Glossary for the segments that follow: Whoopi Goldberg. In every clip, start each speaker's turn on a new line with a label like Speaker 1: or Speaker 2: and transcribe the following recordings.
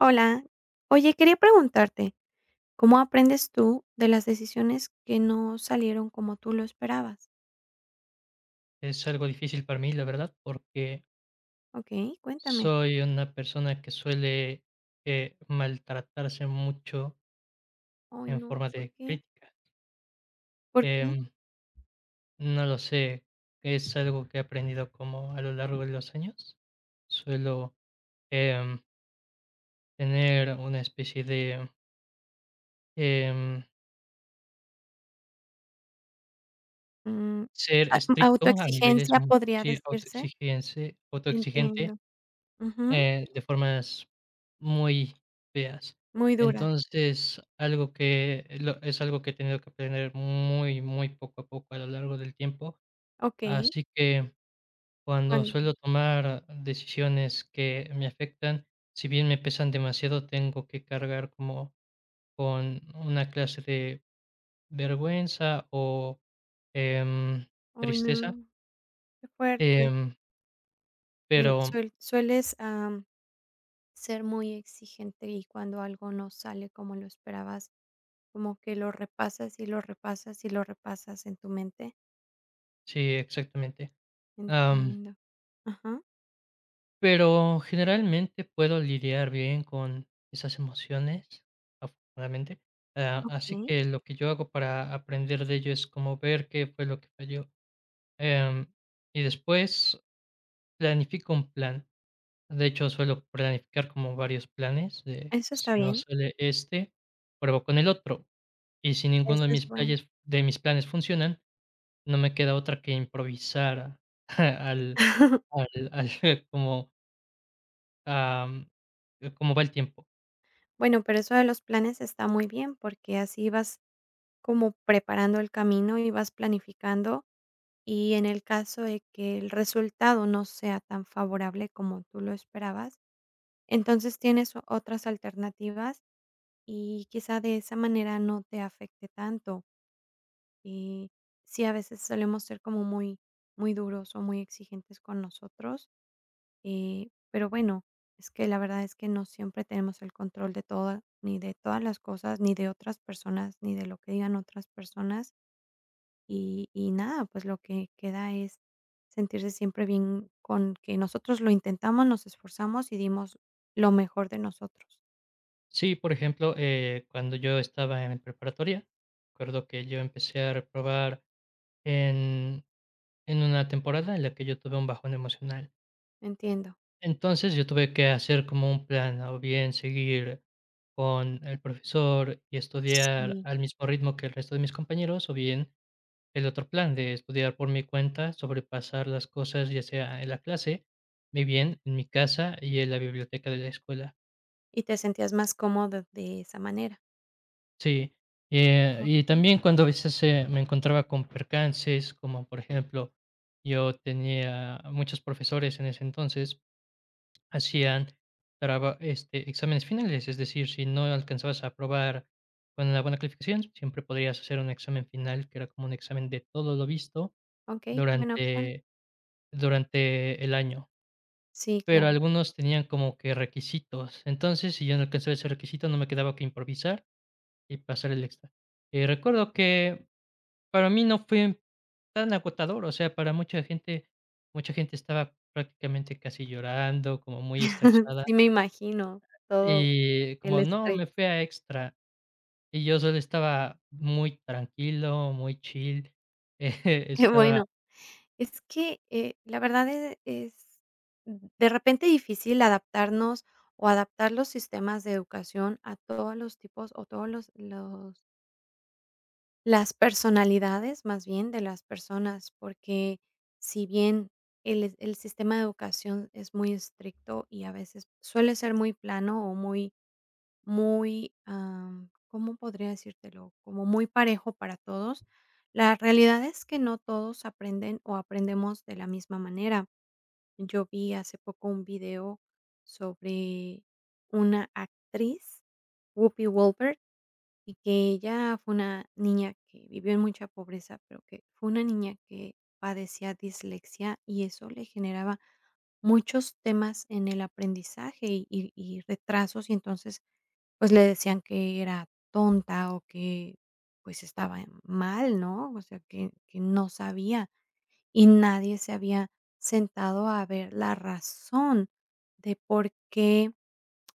Speaker 1: Hola, oye, quería preguntarte, ¿cómo aprendes tú de las decisiones que no salieron como tú lo esperabas?
Speaker 2: Es algo difícil para mí, la verdad, porque
Speaker 1: ¿Ok? Cuéntame.
Speaker 2: soy una persona que suele maltratarse mucho
Speaker 1: Ay,
Speaker 2: en
Speaker 1: no,
Speaker 2: forma
Speaker 1: ¿por
Speaker 2: de
Speaker 1: qué?
Speaker 2: crítica.
Speaker 1: ¿Por qué?
Speaker 2: Em, no lo sé, es algo que he aprendido como a lo largo de los años. Suelo, em, Tener una especie de, em,
Speaker 1: Mm,
Speaker 2: ser
Speaker 1: a
Speaker 2: estricto a niveles
Speaker 1: autoexigencia
Speaker 2: mu
Speaker 1: podría
Speaker 2: sí,
Speaker 1: decirse.
Speaker 2: autoexigense autoexigente.
Speaker 1: Entiendo. Ujú,
Speaker 2: De formas muy feas.
Speaker 1: muy duras.
Speaker 2: Entonces, algo que lo es algo que he tenido que aprender muy, muy poco a poco a lo largo del tiempo.
Speaker 1: ¿Ok?
Speaker 2: Así que cuando
Speaker 1: ¿Cuándo?
Speaker 2: suelo tomar decisiones que me afectan, si bien me pesan demasiado, tengo que cargar como con una clase de vergüenza o, em,
Speaker 1: Ay,
Speaker 2: tristeza,
Speaker 1: no, qué fuerte.
Speaker 2: em,
Speaker 1: Eh,
Speaker 2: pero
Speaker 1: suel sueles, am, ser muy exigente, y cuando algo no sale como lo esperabas, como que lo repasas, y lo repasas, y lo repasas en tu mente.
Speaker 2: sí, exactamente.
Speaker 1: Entiendo. Ajá,
Speaker 2: Pero generalmente puedo lidiar bien con esas emociones, afortunadamente. Así
Speaker 1: okey.
Speaker 2: que lo que yo hago para aprender de ello es como ver qué fue lo que falló. Em, y después planifico un plan. De hecho, suelo planificar como varios planes de
Speaker 1: Eso está
Speaker 2: si no
Speaker 1: bien,
Speaker 2: sale este, pruebo con el otro. Y si ninguno
Speaker 1: eso
Speaker 2: de
Speaker 1: es bueno.
Speaker 2: de mis planes funcionan, no me queda otra que al, al, al como Am, ¿cómo va el tiempo?
Speaker 1: Bueno, pero eso de los planes está muy bien, porque así vas como preparando el camino y vas planificando, y en el caso de que el resultado no sea tan favorable como tú lo esperabas, entonces tienes otras alternativas y quizá de esa manera no te afecte tanto. Y sí, a veces solemos ser como muy muy duros o muy exigentes con nosotros. Pero bueno, es que la verdad es que no siempre tenemos el control de todo, ni de todas las cosas, ni de otras personas, ni de lo que digan otras personas. Y nada, pues lo que queda es sentirse siempre bien con que nosotros lo intentamos, nos esforzamos y dimos lo mejor de nosotros.
Speaker 2: Sí, por ejemplo, cuando yo estaba en preparatoria, recuerdo que yo empecé a reprobar en en una temporada en la que yo tuve un bajón emocional.
Speaker 1: Entiendo.
Speaker 2: Entonces, yo tuve que hacer como un plan, o bien seguir con el profesor y estudiar
Speaker 1: Sí.
Speaker 2: al mismo ritmo que el resto de mis compañeros, o bien el otro plan de estudiar por mi cuenta, sobrepasar las cosas, ya sea en la clase, muy bien en mi casa y en la biblioteca de la escuela.
Speaker 1: Y te sentías más cómodo de esa manera.
Speaker 2: Sí, y
Speaker 1: Ok,
Speaker 2: también cuando a veces, me encontraba con percances, como por ejemplo, yo tenía muchos profesores en ese entonces, hacían traba este, exámenes finales, es decir, si no alcanzabas a aprobar con una buena calificación, siempre podrías hacer un examen final, que era como un examen de todo lo visto
Speaker 1: ok, qué buena opción.
Speaker 2: durante durante el año,
Speaker 1: Sí,
Speaker 2: pero
Speaker 1: claro.
Speaker 2: algunos tenían como que requisitos. Entonces, si yo no alcanzaba ese requisito, no me quedaba que improvisar y pasar el extra. Recuerdo que para mí no fue tan agotador, o sea, para mucha gente estaba prácticamente casi llorando, como muy estresada,
Speaker 1: Sí, me imagino todo
Speaker 2: y
Speaker 1: el
Speaker 2: como: "No,
Speaker 1: estrés.
Speaker 2: me fui a extra", y yo solo estaba muy tranquilo, muy chill,
Speaker 1: Qué
Speaker 2: estaba
Speaker 1: bueno. Es que, la verdad es de repente difícil adaptarnos o adaptar los sistemas de educación a todos los tipos o todos los las personalidades, más bien, de las personas, porque si bien el el sistema de educación es muy estricto y a veces suele ser muy plano o muy muy, am, ¿cómo podría decírtelo? Como muy parejo para todos. La realidad es que no todos aprenden o aprendemos de la misma manera. Yo vi hace poco un video sobre una actriz, Whoopi Goldberg, y que ella fue una niña que vivió en mucha pobreza, pero que fue una niña que padecía dislexia y eso le generaba muchos temas en el aprendizaje y retrasos y entonces pues le decían que era tonta o que pues estaba mal, ¿no? O sea, que no sabía y nadie se había sentado a ver la razón de por qué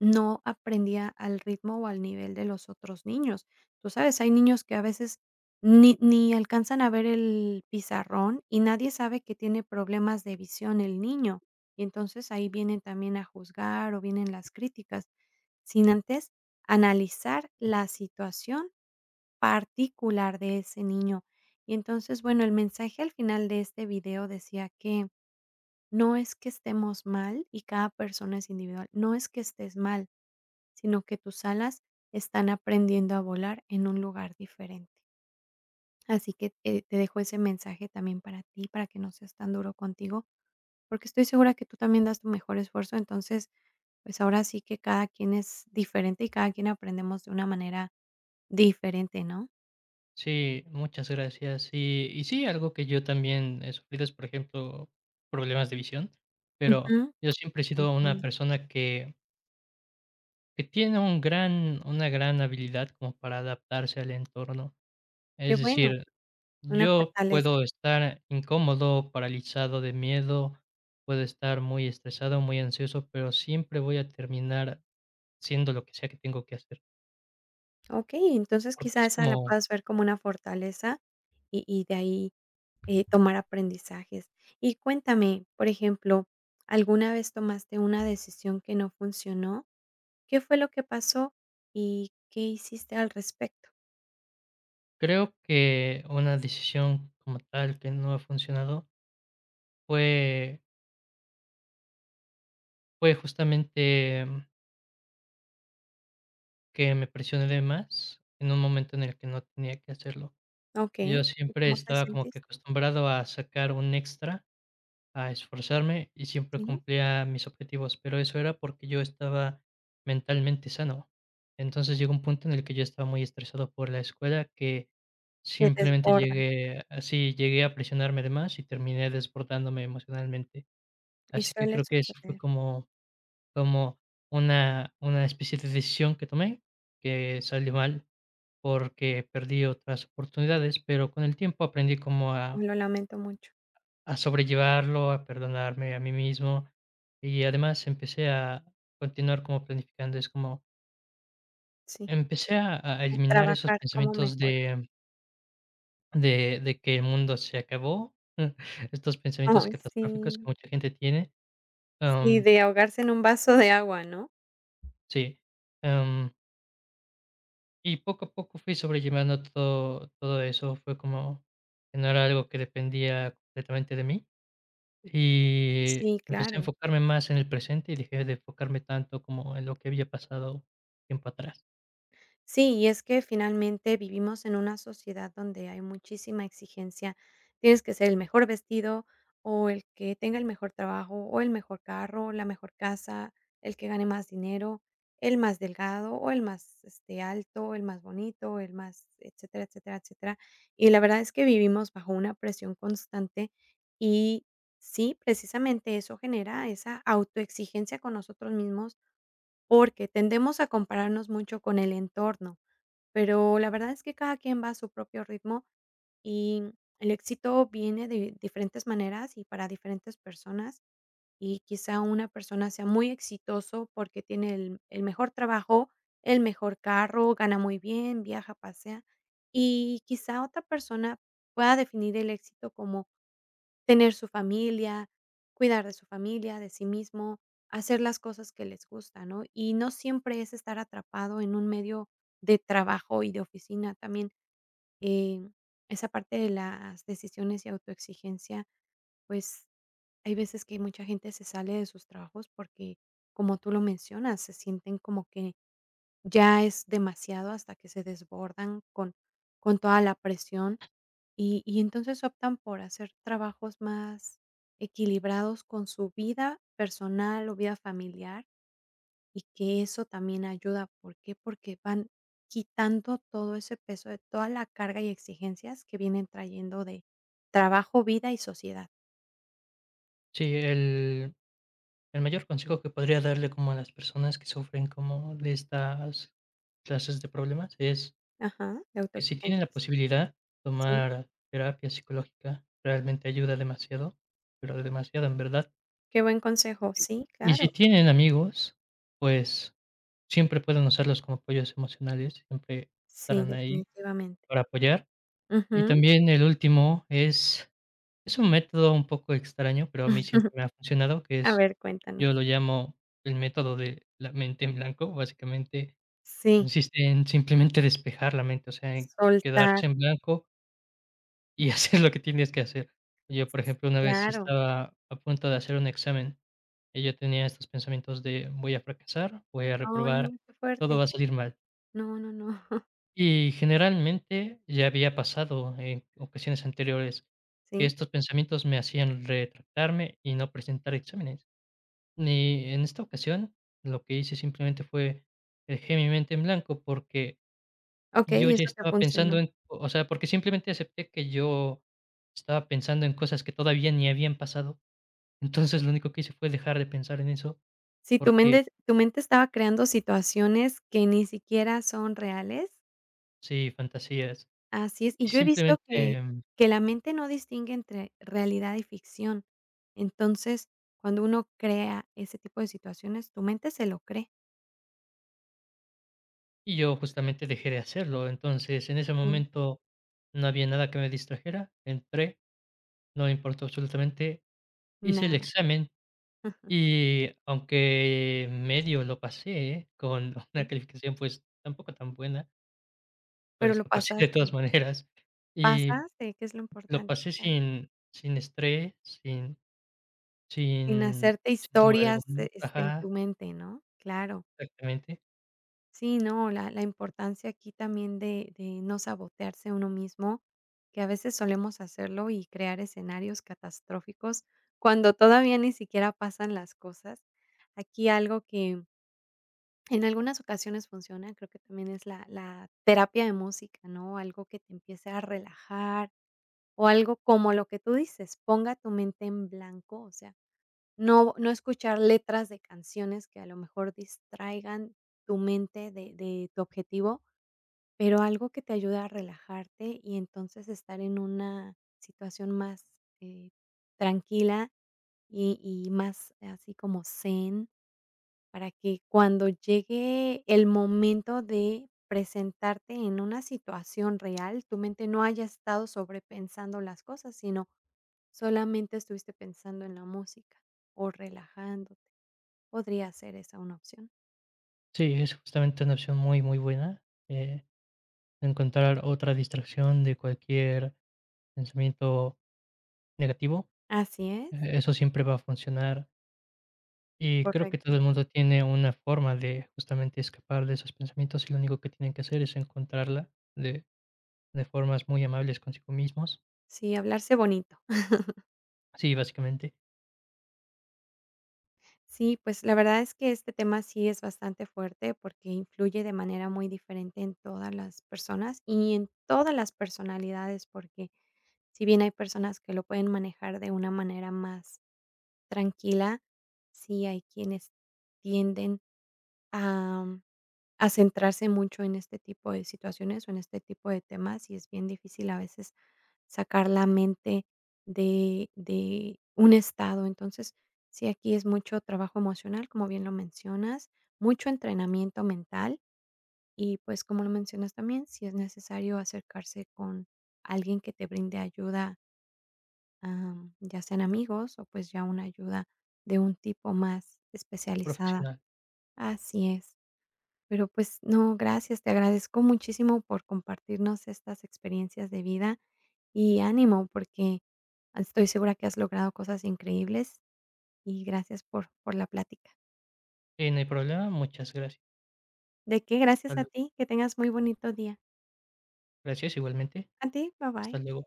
Speaker 1: no aprendía al ritmo o al nivel de los otros niños. Tú sabes, hay niños que a veces ni alcanzan a ver el pizarrón y nadie sabe que tiene problemas de visión el niño, y entonces ahí vienen también a juzgar o vienen las críticas, sin antes analizar la situación particular de ese niño. Y entonces, bueno, el mensaje al final de este video decía que no es que estemos mal y cada persona es individual, no es que estés mal, sino que tus alas están aprendiendo a volar en un lugar diferente. Así que te dejo ese mensaje también para ti, para que no seas tan duro contigo, porque estoy segura que tú también das tu mejor esfuerzo. Entonces, pues ahora sí que cada quien es diferente y cada quien aprendemos de una manera diferente, ¿no?
Speaker 2: sí, muchas gracias. Y sí, algo que yo también he sufrido es, por ejemplo, problemas de visión, pero
Speaker 1: Ujú,
Speaker 2: yo siempre he sido una
Speaker 1: entiendo.
Speaker 2: persona que tiene un gran una gran habilidad como para adaptarse al entorno.
Speaker 1: Qué
Speaker 2: Es
Speaker 1: bueno.
Speaker 2: decir,
Speaker 1: Una
Speaker 2: yo
Speaker 1: fortaleza.
Speaker 2: puedo estar incómodo, paralizado de miedo, puedo estar muy estresado, muy ansioso, pero siempre voy a terminar siendo lo que sea que tengo que hacer,
Speaker 1: Okey, entonces
Speaker 2: porque
Speaker 1: quizá
Speaker 2: es
Speaker 1: esa la
Speaker 2: como
Speaker 1: puedas ver como una fortaleza y de ahí, tomar aprendizajes. Y cuéntame, por ejemplo, ¿alguna vez tomaste una decisión que no funcionó? ¿Qué fue lo que pasó y qué hiciste al respecto?
Speaker 2: creo que una decisión como tal que no ha funcionado fue fue justamente que me presioné de más en un momento en el que no tenía que hacerlo. Yo
Speaker 1: Okey, ¿y
Speaker 2: siempre
Speaker 1: cómo te
Speaker 2: estaba como que
Speaker 1: sentiste?
Speaker 2: acostumbrado a sacar un extra, a esforzarme y siempre
Speaker 1: Sí,
Speaker 2: cumplía mis objetivos, pero eso era porque yo estaba mentalmente sano. Entonces llegó un punto en el que yo estaba muy estresado por la escuela que
Speaker 1: que
Speaker 2: simplemente
Speaker 1: desbordan
Speaker 2: llegué así, llegué a presionarme de más y terminé desbordándome emocionalmente.
Speaker 1: y
Speaker 2: Así que
Speaker 1: suele
Speaker 2: creo que eso fue
Speaker 1: suceder.
Speaker 2: como una especie de decisión que tomé, que salió mal, porque perdí otras oportunidades, pero con el tiempo aprendí como a
Speaker 1: Lo lamento mucho.
Speaker 2: a sobrellevarlo, a perdonarme a mí mismo, y además empecé a continuar como planificando. Es como
Speaker 1: Sí,
Speaker 2: empecé a
Speaker 1: a
Speaker 2: eliminar esos
Speaker 1: trabajar como
Speaker 2: pensamientos
Speaker 1: mejorar.
Speaker 2: de que el mundo se acabó, estos pensamientos
Speaker 1: Ay,
Speaker 2: catastróficos que
Speaker 1: sí,
Speaker 2: mucha gente tiene,
Speaker 1: sí,
Speaker 2: am,
Speaker 1: de ahogarse en un vaso de agua, ¿no?
Speaker 2: sí, um, y poco a poco fui sobrellevando todo eso, fue como que no era algo que dependía completamente de mí, y
Speaker 1: Sí,
Speaker 2: empecé a
Speaker 1: claro.
Speaker 2: enfocarme más en el presente y dejé de enfocarme tanto como en lo que había pasado tiempo atrás.
Speaker 1: Sí, y es que finalmente vivimos en una sociedad donde hay muchísima exigencia. Tienes que ser el mejor vestido o el que tenga el mejor trabajo o el mejor carro, la mejor casa, el que gane más dinero, el más delgado o el más este, alto, el más bonito, el más, etcétera, etcétera, etcétera. Y la verdad es que vivimos bajo una presión constante y sí, precisamente eso genera esa autoexigencia con nosotros mismos. Porque tendemos a compararnos mucho con el entorno, pero la verdad es que cada quien va a su propio ritmo y el éxito viene de diferentes maneras y para diferentes personas, y quizá una persona sea muy exitoso porque tiene el mejor trabajo, el mejor carro, gana muy bien, viaja, pasea, y quizá otra persona pueda definir el éxito como tener su familia, cuidar de su familia, de sí mismo, hacer las cosas que les gusta, ¿no? Y no siempre es estar atrapado en un medio de trabajo y de oficina también, eh, esa parte de las decisiones y autoexigencia, pues, hay veces que mucha gente se sale de sus trabajos porque, como tú lo mencionas, se sienten como que ya es demasiado hasta que se desbordan con toda la presión. Y entonces optan por hacer trabajos más equilibrados con su vida personal o vida familiar, y que eso también ayuda, ¿por qué? Porque van quitando todo ese peso de toda la carga y exigencias que vienen trayendo de trabajo, vida y sociedad.
Speaker 2: Sí, el mayor consejo que podría darle como a las personas que sufren como de estas clases de problemas es
Speaker 1: Ajá, de
Speaker 2: que si tienen la
Speaker 1: autoexigencias.
Speaker 2: posibilidad,
Speaker 1: Sí,
Speaker 2: tomar terapia psicológica realmente ayuda demasiado, pero demasiado en verdad.
Speaker 1: qué buen consejo.
Speaker 2: Y
Speaker 1: Sí,
Speaker 2: y si
Speaker 1: claro.
Speaker 2: tienen amigos, pues siempre pueden usarlos como apoyos emocionales, siempre
Speaker 1: Sí,
Speaker 2: estarán ahí
Speaker 1: definitivamente.
Speaker 2: para apoyar. Y
Speaker 1: Ujú.
Speaker 2: también el último es un método un poco extraño, pero a mí siempre me ha funcionado, que
Speaker 1: A
Speaker 2: es
Speaker 1: ver, cuéntanos.
Speaker 2: yo lo llamo el método de la mente en blanco, básicamente
Speaker 1: Sí,
Speaker 2: consiste en simplemente despejar la mente, o sea, en
Speaker 1: soltar.
Speaker 2: quedarse en blanco y hacer lo que tienes que hacer. Yo, por ejemplo, una vez
Speaker 1: Claro.
Speaker 2: estaba a punto de hacer un examen y yo tenía estos pensamientos de: "Voy a fracasar, voy a
Speaker 1: Ay,
Speaker 2: reprobar,
Speaker 1: no, qué
Speaker 2: todo va
Speaker 1: fuerte.
Speaker 2: a salir mal".
Speaker 1: No, no, no.
Speaker 2: Y generalmente ya había pasado en ocasiones anteriores que
Speaker 1: Sí,
Speaker 2: estos pensamientos me hacían retractarme y no presentar exámenes. Y en esta ocasión, lo que hice simplemente fue dejé mi mente en blanco porque
Speaker 1: okey,
Speaker 2: yo
Speaker 1: ¿y
Speaker 2: ya
Speaker 1: eso te
Speaker 2: estaba pensando
Speaker 1: funcionó?
Speaker 2: en o sea, porque simplemente acepté que yo estaba pensando en cosas que todavía ni habían pasado. Entonces, lo único que hice fue dejar de pensar en eso,
Speaker 1: Si tu
Speaker 2: porque
Speaker 1: mente, tu mente estaba creando situaciones que ni siquiera son reales,
Speaker 2: sí, fantasías.
Speaker 1: así es. Y
Speaker 2: Y
Speaker 1: yo he visto
Speaker 2: simplemente,
Speaker 1: que la mente no distingue entre realidad y ficción. Entonces, cuando uno crea ese tipo de situaciones, tu mente se lo cree.
Speaker 2: y yo justamente dejé de hacerlo. Entonces, en ese
Speaker 1: Sí,
Speaker 2: momento no había nada que me distrajera. Entré, no importó absolutamente. Hice el
Speaker 1: nada.
Speaker 2: examen y aunque medio lo pasé ¿eh? Con una
Speaker 1: Sí,
Speaker 2: calificación, pues, tampoco tan buena,
Speaker 1: pero
Speaker 2: pues,
Speaker 1: lo
Speaker 2: lo pasé de todas
Speaker 1: pasaste.
Speaker 2: maneras. Y
Speaker 1: Pasaste, que es lo
Speaker 2: lo
Speaker 1: importante,
Speaker 2: pasé
Speaker 1: claro.
Speaker 2: sin estrés,
Speaker 1: Sin
Speaker 2: sin
Speaker 1: hacerte
Speaker 2: sin temor
Speaker 1: historias,
Speaker 2: alguno.
Speaker 1: este, en tu
Speaker 2: Ajá,
Speaker 1: mente, ¿no? Claro.
Speaker 2: exactamente.
Speaker 1: Sí, no, la importancia aquí también de no sabotearse uno mismo, que a veces solemos hacerlo y crear escenarios catastróficos cuando todavía ni siquiera pasan las cosas. Aquí algo que en algunas ocasiones funciona, creo que también es la terapia de música, ¿no? Algo que te empiece a relajar o algo como lo que tú dices, ponga tu mente en blanco, o sea, no escuchar letras de canciones que a lo mejor distraigan tu mente de tu objetivo. Pero algo que te ayude a relajarte y entonces estar en una situación más, eh, tranquila y más así como zen, para que cuando llegue el momento de presentarte en una situación real, tu mente no haya estado sobrepensando las cosas, sino solamente estuviste pensando en la música o relajándote. Podría ser esa una opción.
Speaker 2: Sí, es justamente una opción muy, muy buena, encontrar otra distracción de cualquier pensamiento negativo,
Speaker 1: Así es,
Speaker 2: eso siempre va a funcionar, y creo que todo
Speaker 1: correcto.
Speaker 2: el mundo tiene una forma de justamente escapar de esos pensamientos, y lo único que tienen que hacer es encontrarla de formas muy amables consigo mismos.
Speaker 1: Sí, hablarse bonito.
Speaker 2: Sí, básicamente,
Speaker 1: Sí, pues la verdad es que este tema sí es bastante fuerte porque influye de manera muy diferente en todas las personas y en todas las personalidades, porque si bien hay personas que lo pueden manejar de una manera más tranquila, sí hay quienes tienden a, a centrarse mucho en este tipo de situaciones o en este tipo de temas y es bien difícil a veces sacar la mente de un estado. Entonces, sí, aquí es mucho trabajo emocional, como bien lo mencionas, mucho entrenamiento mental y, pues, como lo mencionas también, si es necesario acercarse con alguien que te brinde ayuda, am, ya sean amigos o, pues, ya una ayuda de un tipo más especializada.
Speaker 2: profesional.
Speaker 1: Así es. Pero, pues, no, gracias, te agradezco muchísimo por compartirnos estas experiencias de vida. Y ánimo, porque estoy segura que has logrado cosas increíbles y gracias por la plática.
Speaker 2: No hay problema, muchas gracias.
Speaker 1: ¿De qué?
Speaker 2: Hasta
Speaker 1: Gracias a
Speaker 2: luego.
Speaker 1: ti, que tengas muy bonito día.
Speaker 2: Gracias, igualmente.
Speaker 1: A ti, bye bye.
Speaker 2: Hasta luego.